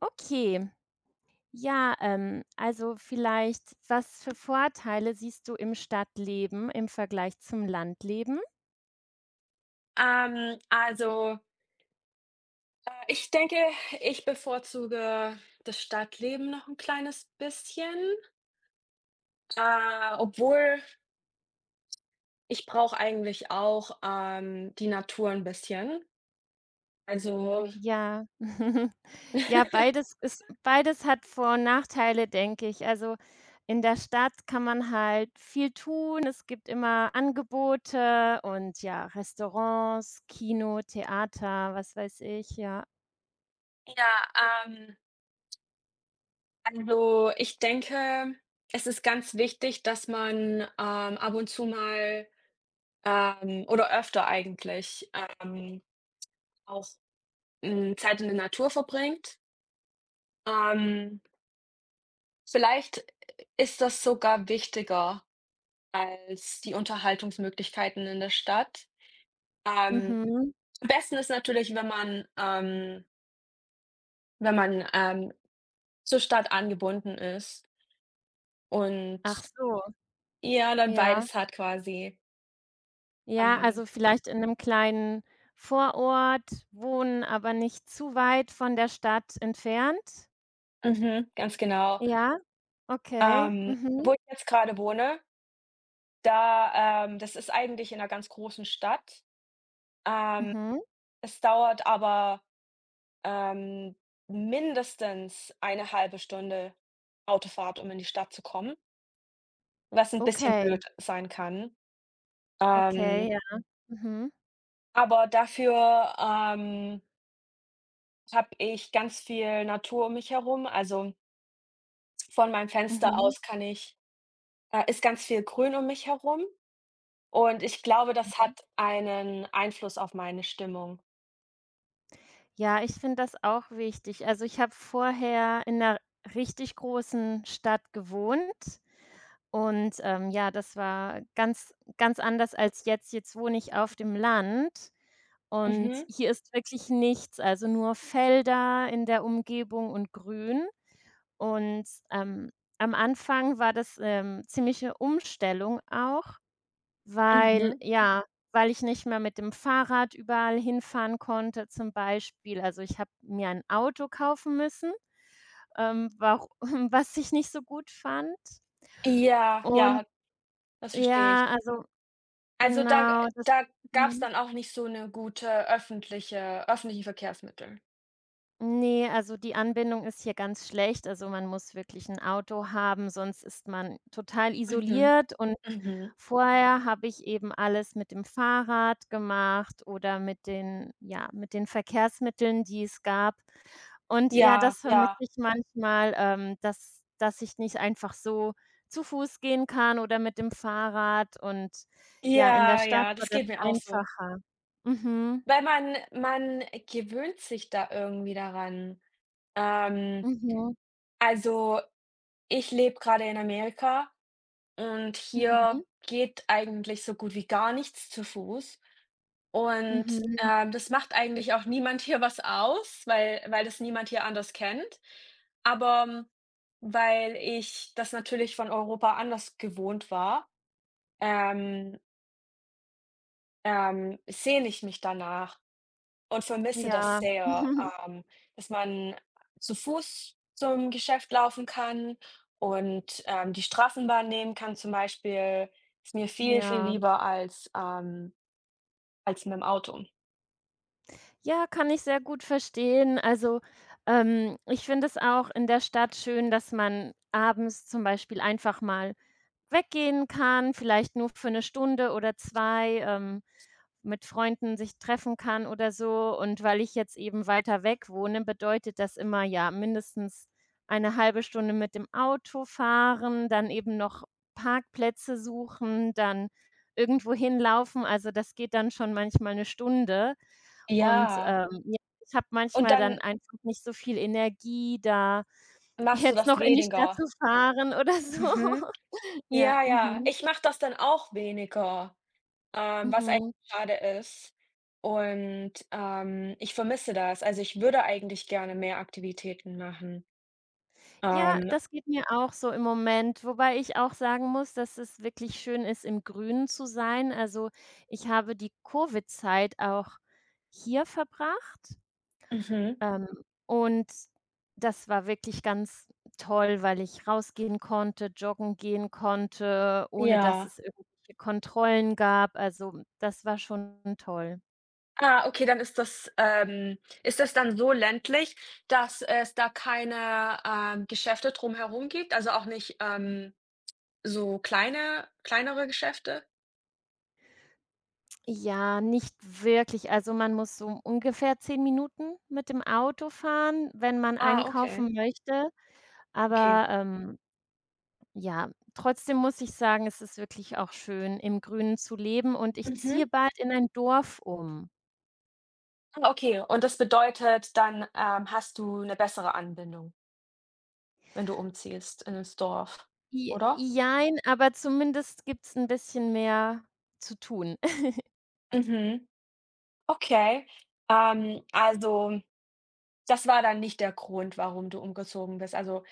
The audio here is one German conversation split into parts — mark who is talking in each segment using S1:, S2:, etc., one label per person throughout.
S1: Okay. Ja, also vielleicht, was für Vorteile siehst du im Stadtleben im Vergleich zum Landleben?
S2: Ähm, also, Ich denke, ich bevorzuge das Stadtleben noch ein kleines bisschen, obwohl ich brauche eigentlich auch, die Natur ein bisschen. Also
S1: Ja. Ja, beides hat Vor- und Nachteile, denke ich. Also, in der Stadt kann man halt viel tun. Es gibt immer Angebote und ja, Restaurants, Kino, Theater, was weiß ich, ja.
S2: ja, ähm, also, ich denke, es ist ganz wichtig, dass man, ab und zu mal, oder öfter eigentlich, ähm, auch, Zeit in der Natur verbringt. Ähm Vielleicht ist das sogar wichtiger als die Unterhaltungsmöglichkeiten in der Stadt. Ähm,
S1: Mhm.
S2: Am besten ist natürlich, wenn man wenn man, zur Stadt angebunden ist und
S1: Ach so,
S2: ja, dann
S1: ja.
S2: beides hat quasi.
S1: Ja,
S2: Ähm,
S1: also vielleicht in einem kleinen Vorort wohnen, aber nicht zu weit von der Stadt entfernt?
S2: mhm, ganz genau.
S1: Ja, okay. Mhm,
S2: Wo ich jetzt gerade wohne, da das ist eigentlich in einer ganz großen Stadt. Ähm,
S1: mhm.
S2: Es dauert aber Ähm, mindestens eine halbe Stunde Autofahrt, um in die Stadt zu kommen, was ein bisschen
S1: Okay,
S2: blöd sein kann. Ähm,
S1: okay, ja. Mhm,
S2: aber dafür, habe ich ganz viel Natur um mich herum. Also, von meinem Fenster
S1: mhm,
S2: aus kann ich ist ganz viel Grün um mich herum und ich glaube, das
S1: mhm.
S2: hat einen Einfluss auf meine Stimmung.
S1: Ja, ich finde das auch wichtig. Also, ich habe vorher in 'ner richtig großen Stadt gewohnt und, ja, das war ganz, ganz anders als jetzt. Jetzt wohne ich auf dem Land. Und
S2: Mhm,
S1: hier ist wirklich nichts, also nur Felder in der Umgebung und Grün. Und, ähm, am Anfang war das, ziemliche Umstellung auch, weil
S2: mhm.
S1: ja, weil ich nicht mehr mit dem Fahrrad überall hinfahren konnte, zum Beispiel. Also, ich habe mir ein Auto kaufen müssen, waru was ich nicht so gut fand.
S2: Ja,
S1: Und
S2: ja, das verstehe
S1: ja,
S2: ich.
S1: also
S2: Also, da
S1: genau, das.
S2: da gab's
S1: Mhm.
S2: dann auch nicht so eine gute öffentliche Verkehrsmittel.
S1: Nee, also die Anbindung ist hier ganz schlecht. Also, man muss wirklich ein Auto haben, sonst ist man total
S2: Mhm,
S1: isoliert. Und
S2: mhm.
S1: vorher habe ich eben alles mit dem Fahrrad gemacht oder mit den Verkehrsmitteln, die es gab. Und ja,
S2: Ja,
S1: das
S2: ja.
S1: vermisse ich manchmal, dass ich nicht einfach so zu Fuß gehen kann oder mit dem Fahrrad. Und ja, in der
S2: Ja,
S1: Stadt
S2: ja,
S1: war
S2: das
S1: das
S2: geht mir auch so.
S1: einfacher. Mhm,
S2: Weil man gewöhnt sich da irgendwie daran. Ähm,
S1: mhm,
S2: also, ich lebe gerade in Amerika und hier
S1: mhm,
S2: geht eigentlich so gut wie gar nichts zu Fuß. Und,
S1: mhm.
S2: das macht eigentlich auch niemand hier was aus, weil das niemand hier anders kennt. Aber weil ich das natürlich von Europa anders gewohnt war, ähm, sehne ich mich danach und vermisse das
S1: Ja,
S2: sehr, ähm, dass man zu Fuß zum Geschäft laufen kann und, die Straßenbahn nehmen kann zum Beispiel. Ist mir viel, viel
S1: ja.
S2: lieber als, als mit dem Auto.
S1: Ja, kann ich sehr gut verstehen. Also, ich finde es auch in der Stadt schön, dass man abends zum Beispiel einfach mal weggehen kann, vielleicht nur für eine Stunde oder zwei, mit Freunden sich treffen kann oder so. Und weil ich jetzt eben weiter weg wohne, bedeutet das immer, ja, mindestens eine halbe Stunde mit dem Auto fahren, dann eben noch Parkplätze suchen, dann irgendwo hinlaufen. Also, das geht dann schon manchmal eine Stunde. Und,
S2: Ja,
S1: ja, ich habe
S2: und
S1: manchmal dann
S2: dann
S1: einfach nicht so viel Energie, da
S2: machst du
S1: jetzt
S2: das
S1: noch in die Stadt
S2: weniger?
S1: zu fahren oder so.
S2: Mhm.
S1: Ja,
S2: Ja, ja,
S1: mhm.
S2: ich mache das dann auch weniger, was eigentlich
S1: Mhm.
S2: schade ist. Und, ich vermisse das. Also, ich würde eigentlich gerne mehr Aktivitäten machen.
S1: Ja,
S2: Ähm,
S1: das geht mir auch so im Moment, wobei ich auch sagen muss, dass es wirklich schön ist, im Grünen zu sein. Also, ich habe die Covid-Zeit auch hier verbracht,
S2: mhm,
S1: ähm, und das war wirklich ganz toll, weil ich rausgehen konnte, joggen gehen konnte, ohne dass
S2: ja.
S1: es irgendwelche Kontrollen gab. Also, das war schon toll.
S2: Ah, okay, dann ist das dann so ländlich, dass es da keine, Geschäfte drumherum gibt? Also, auch nicht, so kleine kleinere Geschäfte?
S1: Ja, nicht wirklich. Also, man muss so ungefähr 10 Minuten mit dem Auto fahren, wenn man
S2: Ah, okay,
S1: einkaufen möchte.
S2: okay.
S1: Aber, ja, trotzdem muss ich sagen, es ist wirklich auch schön, im Grünen zu leben, und ich
S2: Mhm.
S1: ziehe bald in ein Dorf um.
S2: Ah, okay. Und das bedeutet, dann, hast du 'ne bessere Anbindung, wenn du umziehst in das Dorf,
S1: J
S2: oder?
S1: jein, aber zumindest gibt's ein bisschen mehr zu tun.
S2: Mhm, okay. Also, das war dann nicht der Grund, warum du umgezogen bist. Also,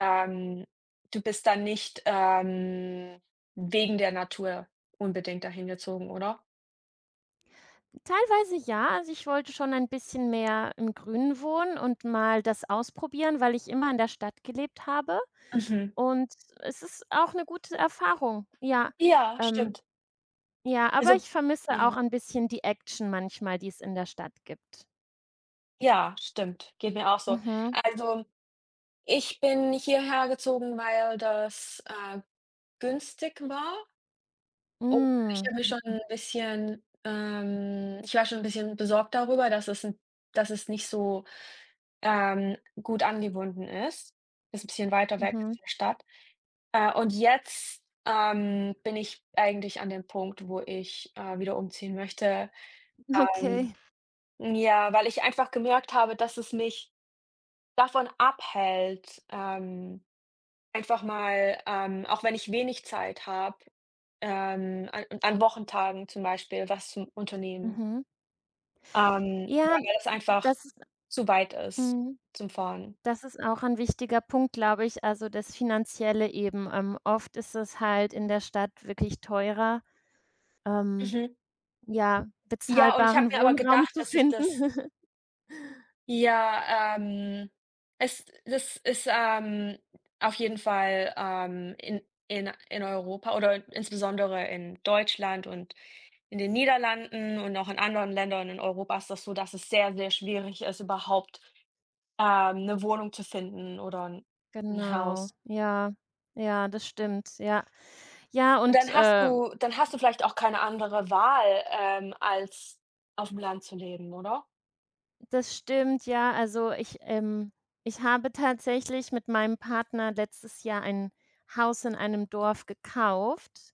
S2: ähm, du bist dann nicht, wegen der Natur unbedingt dahin gezogen, oder?
S1: Teilweise ja, also, ich wollte schon ein bisschen mehr im Grünen wohnen und mal das ausprobieren, weil ich immer in der Stadt gelebt habe.
S2: Mhm.
S1: Und es ist auch eine gute Erfahrung, ja.
S2: Ja,
S1: Ähm,
S2: stimmt.
S1: ja, aber
S2: Also
S1: ich vermisse auch
S2: ja.
S1: ein bisschen die Action manchmal, die es in der Stadt gibt.
S2: Ja, stimmt. Geht mir auch so.
S1: Mhm.
S2: Also, ich bin hierher gezogen, weil das, günstig war und ich
S1: Hm.
S2: habe mich schon ein bisschen ich war schon ein bisschen besorgt darüber, dass es 'n dass es nicht so, gut angebunden ist. Ist ein bisschen weiter weg ist
S1: Mhm.
S2: von der Stadt. Und jetzt, bin ich eigentlich an dem Punkt, wo ich, wieder umziehen möchte. Ähm,
S1: Okay.
S2: ja, weil ich einfach gemerkt habe, dass es mich davon abhält, einfach mal, auch wenn ich wenig Zeit habe, an Wochentagen zum Beispiel was zum Unternehmen,
S1: Mhm. Ja,
S2: weil das einfach
S1: das ist
S2: zu weit ist
S1: mhm,
S2: zum Fahren.
S1: das ist auch ein wichtiger Punkt, glaube ich, also das Finanzielle eben. Oft ist es halt in der Stadt wirklich teurer, ähm,
S2: Mhm.
S1: ja,
S2: Ja, und ich habe
S1: bezahlbaren
S2: mir aber
S1: Wohnraum
S2: gedacht,
S1: zu
S2: dass ich
S1: finden.
S2: das ja, es das ist, auf jeden Fall, in in Europa oder insbesondere in Deutschland und in den Niederlanden und auch in anderen Ländern in Europa ist das so, dass es sehr, sehr schwierig ist, überhaupt, 'ne Wohnung zu finden oder ein 'n
S1: Genau,
S2: Haus.
S1: ja. Ja, das stimmt, ja. Ja,
S2: Und
S1: und,
S2: dann hast du vielleicht auch keine andere Wahl, als auf'm Land zu leben, oder?
S1: das stimmt, ja. Also, ich habe tatsächlich mit meinem Partner letztes Jahr ein Haus in einem Dorf gekauft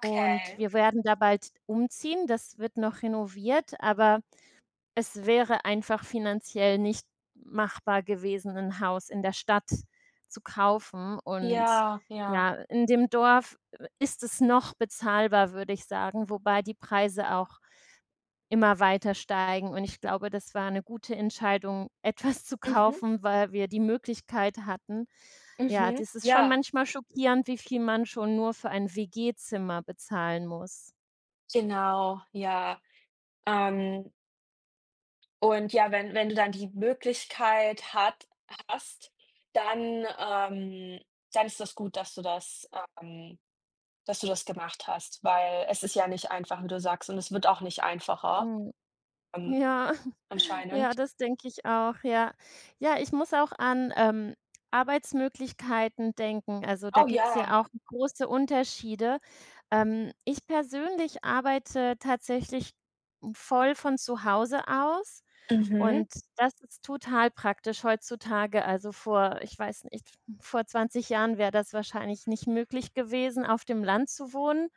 S1: und wir werden da bald umziehen. Das wird noch renoviert, aber es wäre einfach finanziell nicht machbar gewesen, ein Haus in der Stadt zu kaufen. Und
S2: Ja, ja.
S1: ja, in dem Dorf, ist es noch bezahlbar, würde ich sagen, wobei die Preise auch immer weiter steigen, und ich glaube, das war 'ne gute Entscheidung, etwas zu
S2: Mhm,
S1: kaufen, weil wir die Möglichkeit hatten. Ja,
S2: mhm.
S1: das ist schon
S2: Ja,
S1: manchmal schockierend, wie viel man schon nur für ein WG-Zimmer bezahlen muss.
S2: genau, ja. Ähm, und ja, wenn du dann die Möglichkeit hat hast, dann, dann ist das gut, ähm, dass du das gemacht hast, weil es ist ja nicht einfach, wie du sagst, und es wird auch nicht einfacher,
S1: Mhm.
S2: ähm,
S1: Ja.
S2: anscheinend.
S1: Ja, das denke ich auch, ja. Ja, ich muss auch an, Arbeitsmöglichkeiten denken. Also, da
S2: Oh
S1: gibt's
S2: ja.
S1: ja auch große Unterschiede. Ich persönlich arbeite tatsächlich voll von zu Hause aus
S2: Mhm.
S1: und das ist total praktisch heutzutage. Also, vor ich weiß nicht, vor 20 Jahren wäre das wahrscheinlich nicht möglich gewesen, auf dem Land zu wohnen,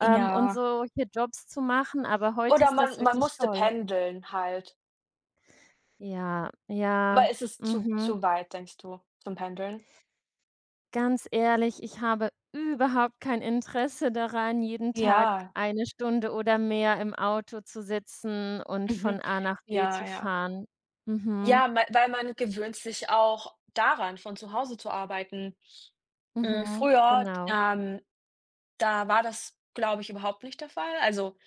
S1: und
S2: Ja.
S1: solche Jobs zu machen, aber heute
S2: Oder
S1: ist das
S2: man
S1: wirklich
S2: musste
S1: toll.
S2: pendeln halt.
S1: Ja,
S2: Aber
S1: ja,
S2: es ist zu
S1: mhm.
S2: zu weit, denkst du, zum Pendeln?
S1: Ganz ehrlich, ich habe überhaupt kein Interesse daran, jeden Tag
S2: Ja.
S1: eine Stunde oder mehr im Auto zu sitzen und von
S2: Mhm.
S1: A nach B zu
S2: Ja, ja.
S1: fahren. Mhm,
S2: Ja, ma weil man gewöhnt sich auch daran, von zu Hause zu arbeiten. Hm,
S1: mhm,
S2: früher,
S1: genau.
S2: da war das, glaube ich, überhaupt nicht der Fall. Also,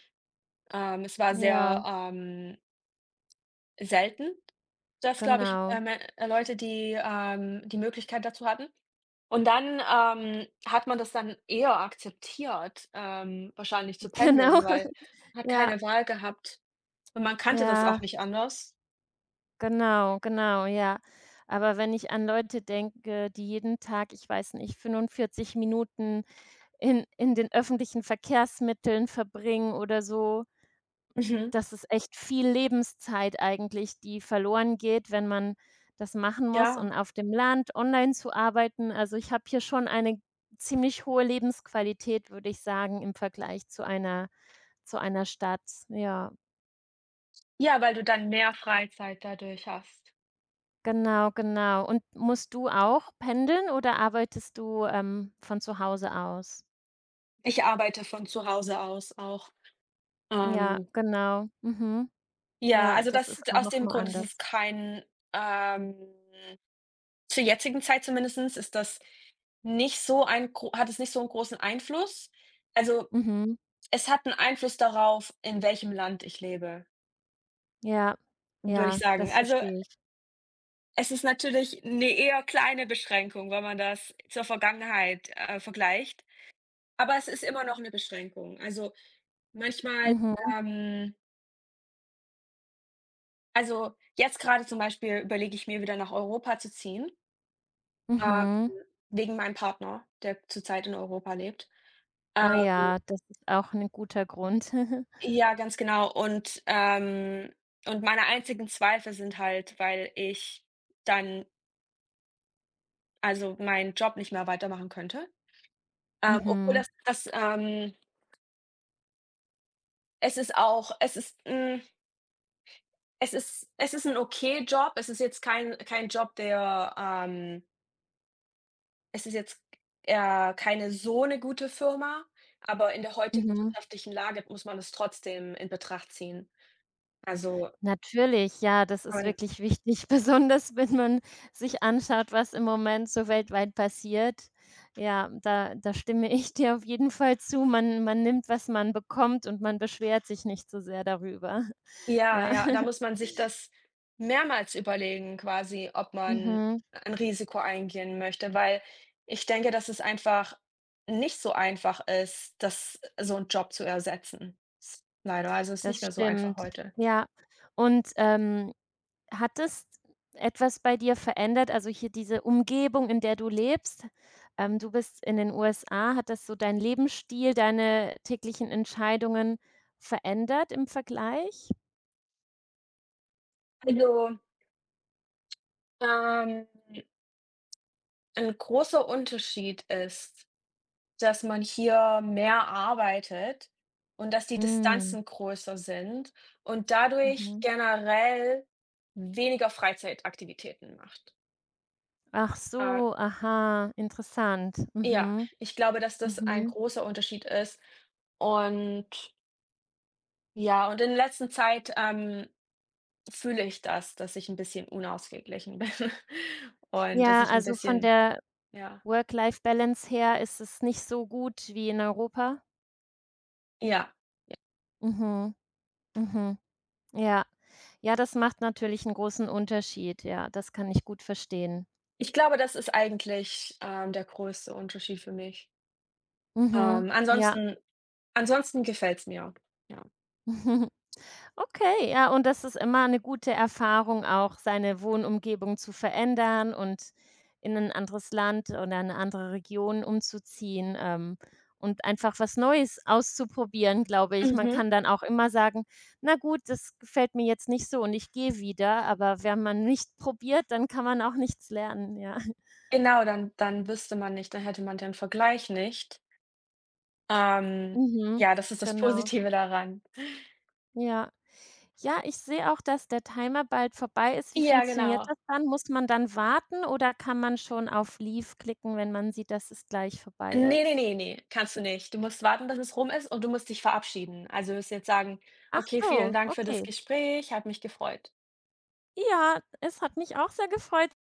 S2: es war
S1: Ja,
S2: sehr, selten, dass, glaube ich,
S1: genau,
S2: Leute, die, die Möglichkeit dazu hatten. Und dann, hat man das dann eher akzeptiert, wahrscheinlich zu
S1: genau.
S2: pendeln, weil man hat
S1: Ja,
S2: keine Wahl gehabt und man kannte das auch
S1: ja,
S2: nicht anders.
S1: genau, genau, ja. Aber wenn ich an Leute denke, die jeden Tag, ich weiß nicht, 45 Minuten in den öffentlichen Verkehrsmitteln verbringen oder so.
S2: Mhm,
S1: Das ist echt viel Lebenszeit eigentlich, die verloren geht, wenn man das machen muss,
S2: ja.
S1: und auf dem Land online zu arbeiten. Also, ich habe hier schon eine ziemlich hohe Lebensqualität, würde ich sagen, im Vergleich zu einer Stadt. Ja,
S2: Ja, weil du dann mehr Freizeit dadurch hast.
S1: genau, genau. Und musst du auch pendeln oder arbeitest du, von zu Hause aus?
S2: Ich arbeite von zu Hause aus auch.
S1: Ja,
S2: Ähm,
S1: genau. Mhm.
S2: ja,
S1: Ja,
S2: also
S1: das
S2: das
S1: ist auch
S2: aus
S1: noch
S2: dem
S1: mal
S2: Grund ist
S1: anders.
S2: es kein, ähm zur jetzigen Zeit zumindestens ist das nicht so ein gro hat es nicht so einen großen Einfluss. Also,
S1: Mhm.
S2: es hat einen Einfluss darauf, in welchem Land ich lebe.
S1: Ja,
S2: Würde ich
S1: ja,
S2: sagen.
S1: das
S2: Also,
S1: verstehe ich.
S2: es ist natürlich eine eher kleine Beschränkung, wenn man das zur Vergangenheit, vergleicht, aber es ist immer noch eine Beschränkung. Also, manchmal,
S1: Mhm,
S2: ähm also, jetzt gerade zum Beispiel überlege ich mir, wieder nach Europa zu ziehen, ähm,
S1: mhm.
S2: wegen meinem Partner, der zurzeit in Europa lebt. Ähm,
S1: Ah ja, das ist auch 'n guter Grund.
S2: ja, ganz genau und meine einzigen Zweifel sind halt, weil ich dann also, meinen Job nicht mehr weitermachen könnte, obwohl
S1: Mhm,
S2: das das, es ist auch es ist, es ist es ist ein okay Job. Es ist jetzt kein Job, der, es ist jetzt, keine so eine gute Firma, aber in der heutigen
S1: mhm.
S2: wirtschaftlichen Lage muss man es trotzdem in Betracht ziehen. Also,
S1: Natürlich, ja, das ist wirklich wichtig, besonders wenn man sich anschaut, was im Moment so weltweit passiert. Ja, da stimme ich dir auf jeden Fall zu. Man nimmt, was man bekommt, und man beschwert sich nicht so sehr darüber.
S2: ja,
S1: Ja.
S2: ja, da muss man sich das mehrmals überlegen quasi, ob man
S1: Mhm,
S2: ein Risiko eingehen möchte, weil ich denke, dass es einfach nicht so einfach ist, das so 'n Job zu ersetzen. S Leider, also, ist
S1: das
S2: nicht mehr so einfach
S1: stimmt.
S2: heute.
S1: Ja, und, hat es etwas bei dir verändert? Also hier diese Umgebung, in der du lebst. Du bist in den USA. Hat das so deinen Lebensstil, deine täglichen Entscheidungen verändert im Vergleich?
S2: Also, ähm, ein großer Unterschied ist, dass man hier mehr arbeitet und dass die
S1: Hm,
S2: Distanzen größer sind und dadurch
S1: mhm.
S2: generell weniger Freizeitaktivitäten macht.
S1: Ach
S2: Äh
S1: so, aha, interessant.
S2: Ja,
S1: Mhm,
S2: ich glaube, dass das ein
S1: mhm.
S2: großer Unterschied ist. Und ja, und in letzter Zeit, fühle ich das, dass ich ein bisschen unausgeglichen bin und dass
S1: Ja,
S2: ich ein
S1: also von
S2: bisschen
S1: der
S2: ja,
S1: Work-Life-Balance her ist es nicht so gut wie in Europa?
S2: ja.
S1: Mhm, mhm. Ja. Ja, das macht natürlich einen großen Unterschied. Ja, das kann ich gut verstehen.
S2: Ich glaube, das ist eigentlich, der größte Unterschied für mich.
S1: Mhm. Ja.
S2: Ansonsten ansonsten gefällt's mir, ja.
S1: Okay, ja, und das ist immer eine gute Erfahrung auch, seine Wohnumgebung zu verändern und in ein anderes Land oder eine andere Region umzuziehen, und einfach was Neues auszuprobieren, glaube ich. Man
S2: Mhm.
S1: kann dann auch immer sagen: „Na gut, das gefällt mir jetzt nicht so und ich gehe wieder." Aber wenn man nicht probiert, dann kann man auch nichts lernen, ja.
S2: Genau, dann dann wüsste man nicht, dann hätte man den Vergleich nicht. Ähm,
S1: Mhm.
S2: ja, das ist das
S1: Genau.
S2: Positive daran.
S1: Ja. Ja, ich sehe auch, dass der Timer bald vorbei ist. Wie
S2: Ja,
S1: funktioniert
S2: genau.
S1: das dann? Muss man dann warten oder kann man schon auf Leave klicken, wenn man sieht, dass es gleich vorbei
S2: Ne, ne,
S1: ist?
S2: ne, ne, kannst du nicht. Du musst warten, bis es rum ist und du musst dich verabschieden. Also, du wirst jetzt sagen:
S1: Ach
S2: „Okay, vielen
S1: so,
S2: Dank für das
S1: okay.
S2: Gespräch, hat mich gefreut.“
S1: Ja, es hat mich auch sehr gefreut.